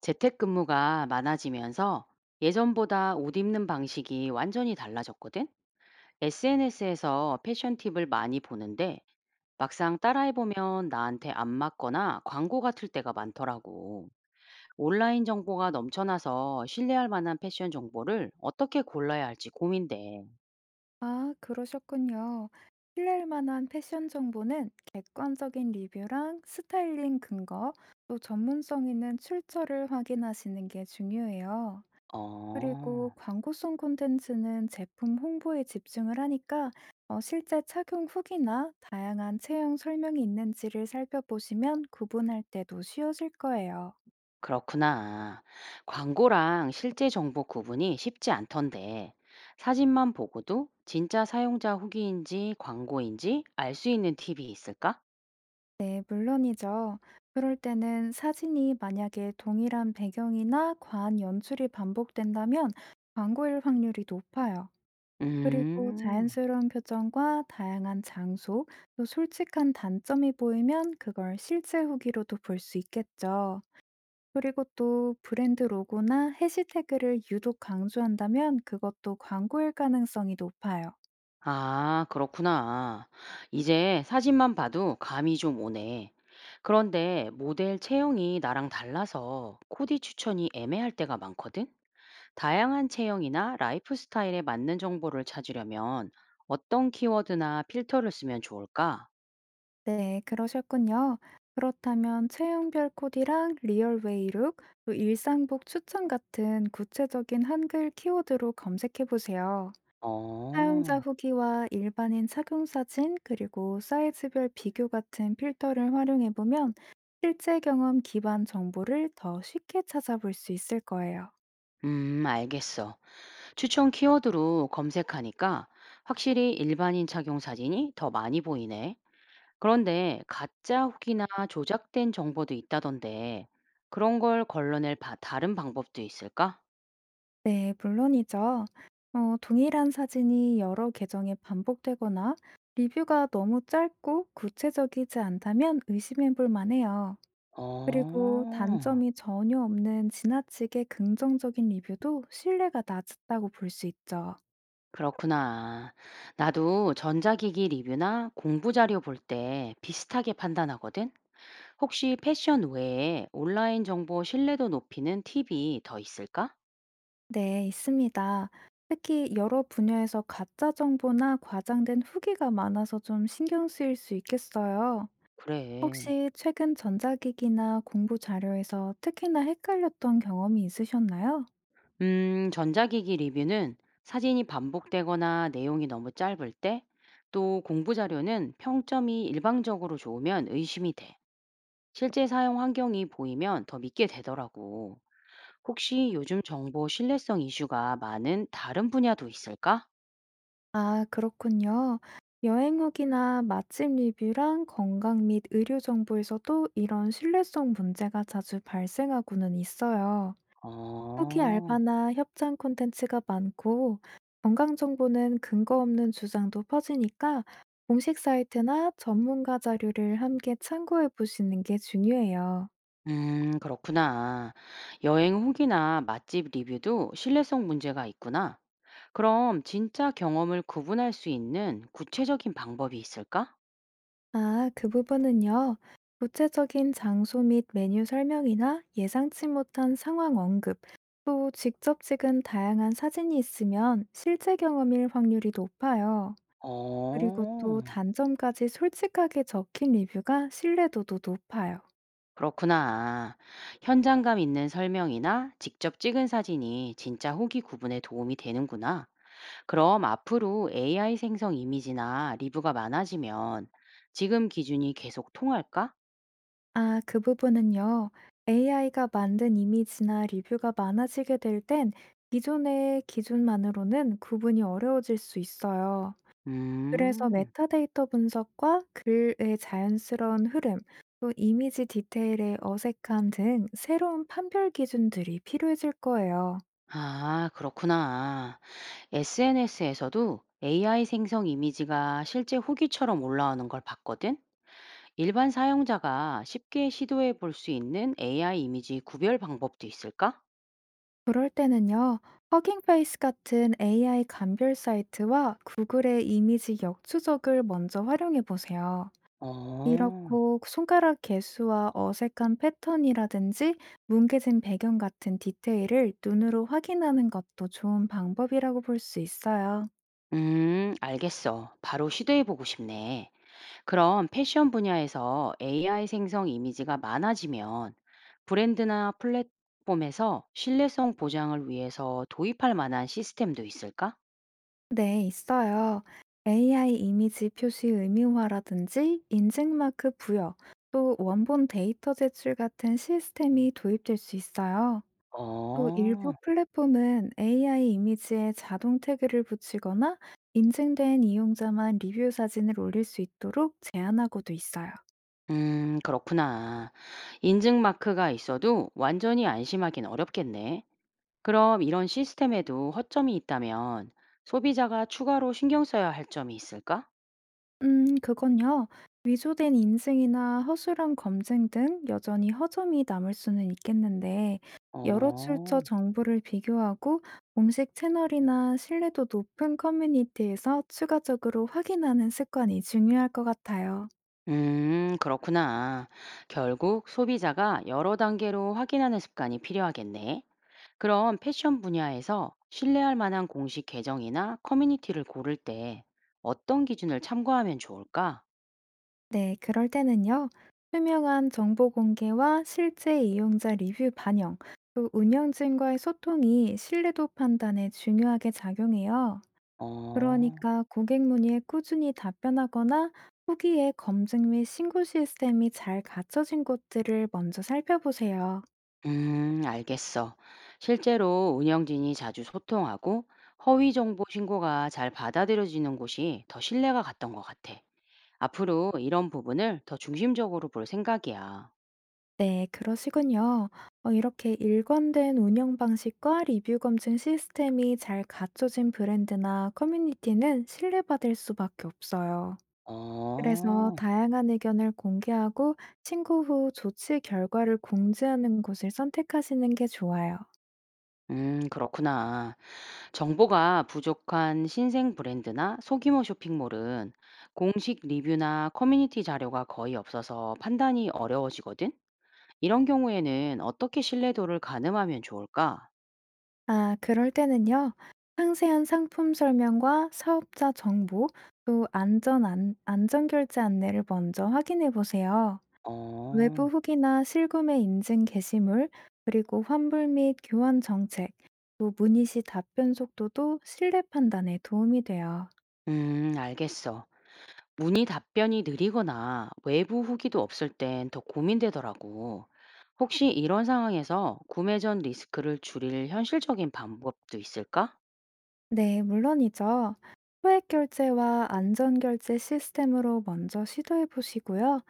재택근무가 많아지면서 예전보다 옷 입는 방식이 완전히 달라졌거든? SNS에서 패션 팁을 많이 보는데 막상 따라해보면 나한테 안 맞거나 광고 같을 때가 많더라고. 온라인 정보가 넘쳐나서 신뢰할 만한 패션 정보를 어떻게 골라야 할지 고민돼. 아, 그러셨군요. 신뢰할 만한 패션 정보는 객관적인 리뷰랑 스타일링 근거, 또 전문성 있는 출처를 확인하시는 게 중요해요. 그리고 어. 광고성 콘텐츠는 제품 홍보에 집중을 하니까 실제 착용 후기나 다양한 체형 설명이 있는지를 살펴보시면 구분할 때도 쉬워질 거예요. 그렇구나. 광고랑 실제 정보 구분이 쉽지 않던데, 사진만 보고도 진짜 사용자 후기인지 광고인지 알 수 있는 팁이 있을까? 네, 물론이죠. 그럴 때는 사진이 만약에 동일한 배경이나 과한 연출이 반복된다면 광고일 확률이 높아요. 그리고 음. 자연스러운 표정과 다양한 장소, 또 솔직한 단점이 보이면 그걸 실제 후기로도 볼 수 있겠죠. 그리고 또 브랜드 로고나 해시태그를 유독 강조한다면 그것도 광고일 가능성이 높아요. 아, 그렇구나. 이제 사진만 봐도 감이 좀 오네. 그런데 모델 체형이 나랑 달라서 코디 추천이 애매할 때가 많거든? 다양한 체형이나 라이프 스타일에 맞는 정보를 찾으려면 어떤 키워드나 필터를 쓰면 좋을까? 네, 그러셨군요. 그렇다면 체형별 코디랑 리얼웨이 룩, 또 일상복 추천 같은 구체적인 한글 키워드로 검색해 보세요. 사용자 어. 후기와 일반인 착용 사진, 그리고 사이즈별 비교 같은 필터를 활용해 보면 실제 경험 기반 정보를 더 쉽게 찾아볼 수 있을 거예요. 음, 알겠어. 추천 키워드로 검색하니까 확실히 일반인 착용 사진이 더 많이 보이네. 그런데 가짜 후기나 조작된 정보도 있다던데 그런 걸 걸러낼 바 다른 방법도 있을까? 네, 물론이죠. 동일한 사진이 여러 계정에 반복되거나 리뷰가 너무 짧고 구체적이지 않다면 의심해 볼 만해요. 그리고 어. 단점이 전혀 없는 지나치게 긍정적인 리뷰도 신뢰가 낮다고 볼 수 있죠. 그렇구나. 나도 전자기기 리뷰나 공부 자료 볼 때 비슷하게 판단하거든. 혹시 패션 외에 온라인 정보 신뢰도 높이는 팁이 더 있을까? 네, 있습니다. 특히 여러 분야에서 가짜 정보나 과장된 후기가 많아서 좀 신경 쓰일 수 있겠어요. 그래. 혹시 최근 전자기기나 공부 자료에서 특히나 헷갈렸던 경험이 있으셨나요? 전자기기 리뷰는 사진이 반복되거나 내용이 너무 짧을 때, 또 공부 자료는 평점이 일방적으로 좋으면 의심이 돼. 실제 사용 환경이 보이면 더 믿게 되더라고. 혹시 요즘 정보 신뢰성 이슈가 많은 다른 분야도 있을까? 아, 그렇군요. 여행 후기나 맛집 리뷰랑 건강 및 의료 정보에서도 이런 신뢰성 문제가 자주 발생하고는 있어요. 후기 어. 알바나 협찬 콘텐츠가 많고 건강 정보는 근거 없는 주장도 퍼지니까 공식 사이트나 전문가 자료를 함께 참고해 보시는 게 중요해요. 그렇구나. 여행 후기나 맛집 리뷰도 신뢰성 문제가 있구나. 그럼 진짜 경험을 구분할 수 있는 구체적인 방법이 있을까? 아, 그 부분은요. 구체적인 장소 및 메뉴 설명이나 예상치 못한 상황 언급, 또 직접 찍은 다양한 사진이 있으면 실제 경험일 확률이 높아요. 그리고 또 어. 단점까지 솔직하게 적힌 리뷰가 신뢰도도 높아요. 그렇구나. 현장감 있는 설명이나 직접 찍은 사진이 진짜 후기 구분에 도움이 되는구나. 그럼 앞으로 AI 생성 이미지나 리뷰가 많아지면 지금 기준이 계속 통할까? 아, 그 부분은요. AI가 만든 이미지나 리뷰가 많아지게 될 땐 기존의 기준만으로는 구분이 어려워질 수 있어요. 그래서 음. 메타데이터 분석과 글의 자연스러운 흐름, 또 이미지 디테일의 어색함 등 새로운 판별 기준들이 필요해질 거예요. 아, 그렇구나. SNS에서도 AI 생성 이미지가 실제 후기처럼 올라오는 걸 봤거든? 일반 사용자가 쉽게 시도해 볼 수 있는 AI 이미지 구별 방법도 있을까? 그럴 때는요, 허깅페이스 같은 AI 감별 사이트와 구글의 이미지 역추적을 먼저 활용해 보세요. 어. 이렇고 손가락 개수와 어색한 패턴이라든지 뭉개진 배경 같은 디테일을 눈으로 확인하는 것도 좋은 방법이라고 볼 수 있어요. 알겠어. 바로 시도해 보고 싶네. 그럼 패션 분야에서 AI 생성 이미지가 많아지면 브랜드나 플랫폼에서 신뢰성 보장을 위해서 도입할 만한 시스템도 있을까? 네, 있어요. AI 이미지 표시 의미화라든지 인증 마크 부여, 또 원본 데이터 제출 같은 시스템이 도입될 수 있어요. 또 일부 어. 플랫폼은 AI 이미지에 자동 태그를 붙이거나 인증된 이용자만 리뷰 사진을 올릴 수 있도록 제한하고도 있어요. 그렇구나. 인증 마크가 있어도 완전히 안심하긴 어렵겠네. 그럼 이런 시스템에도 허점이 있다면 소비자가 추가로 신경 써야 할 점이 있을까? 그건요. 위조된 인증이나 허술한 검증 등 여전히 허점이 남을 수는 있겠는데, 여러 출처 어. 정보를 비교하고 공식 채널이나 신뢰도 높은 커뮤니티에서 추가적으로 확인하는 습관이 중요할 것 같아요. 그렇구나. 결국 소비자가 여러 단계로 확인하는 습관이 필요하겠네. 그럼 패션 분야에서 신뢰할 만한 공식 계정이나 커뮤니티를 고를 때 어떤 기준을 참고하면 좋을까? 네, 그럴 때는요. 투명한 정보 공개와 실제 이용자 리뷰 반영, 또 운영진과의 소통이 신뢰도 판단에 중요하게 작용해요. 어. 그러니까 고객 문의에 꾸준히 답변하거나 후기에 검증 및 신고 시스템이 잘 갖춰진 곳들을 먼저 살펴보세요. 알겠어. 실제로 운영진이 자주 소통하고 허위 정보 신고가 잘 받아들여지는 곳이 더 신뢰가 갔던 것 같아. 앞으로 이런 부분을 더 중심적으로 볼 생각이야. 네, 그러시군요. 이렇게 일관된 운영 방식과 리뷰 검증 시스템이 잘 갖춰진 브랜드나 커뮤니티는 신뢰받을 수밖에 없어요. 그래서 어. 다양한 의견을 공개하고 신고 후 조치 결과를 공지하는 곳을 선택하시는 게 좋아요. 그렇구나. 정보가 부족한 신생 브랜드나 소규모 쇼핑몰은 공식 리뷰나 커뮤니티 자료가 거의 없어서 판단이 어려워지거든? 이런 경우에는 어떻게 신뢰도를 가늠하면 좋을까? 아, 그럴 때는요. 상세한 상품 설명과 사업자 정보, 또 안전 안, 안전 결제 안내를 먼저 확인해 보세요. 외부 어. 후기나 실구매 인증 게시물, 그리고 환불 및 교환 정책, 또 문의 시 답변 속도도 신뢰 판단에 도움이 돼요. 알겠어. 문의 답변이 느리거나 외부 후기도 없을 땐 더 고민되더라고. 혹시 이런 상황에서 구매 전 리스크를 줄일 현실적인 방법도 있을까? 네, 물론이죠. 소액 결제와 안전 결제 시스템으로 먼저 시도해 보시고요.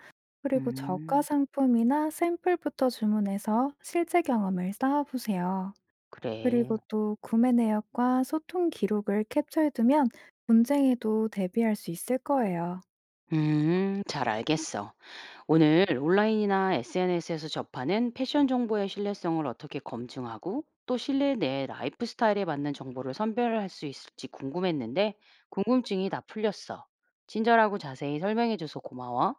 그리고 저가 음, 상품이나 샘플부터 주문해서 실제 경험을 쌓아 보세요. 그래. 그리고 또 구매 내역과 소통 기록을 캡처해 두면 분쟁에도 대비할 수 있을 거예요. 잘 알겠어. 오늘 온라인이나 SNS에서 접하는 패션 정보의 신뢰성을 어떻게 검증하고 또 실내 내 라이프 스타일에 맞는 정보를 선별할 수 있을지 궁금했는데 궁금증이 다 풀렸어. 친절하고 자세히 설명해줘서 고마워.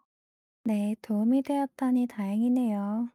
네, 도움이 되었다니 다행이네요.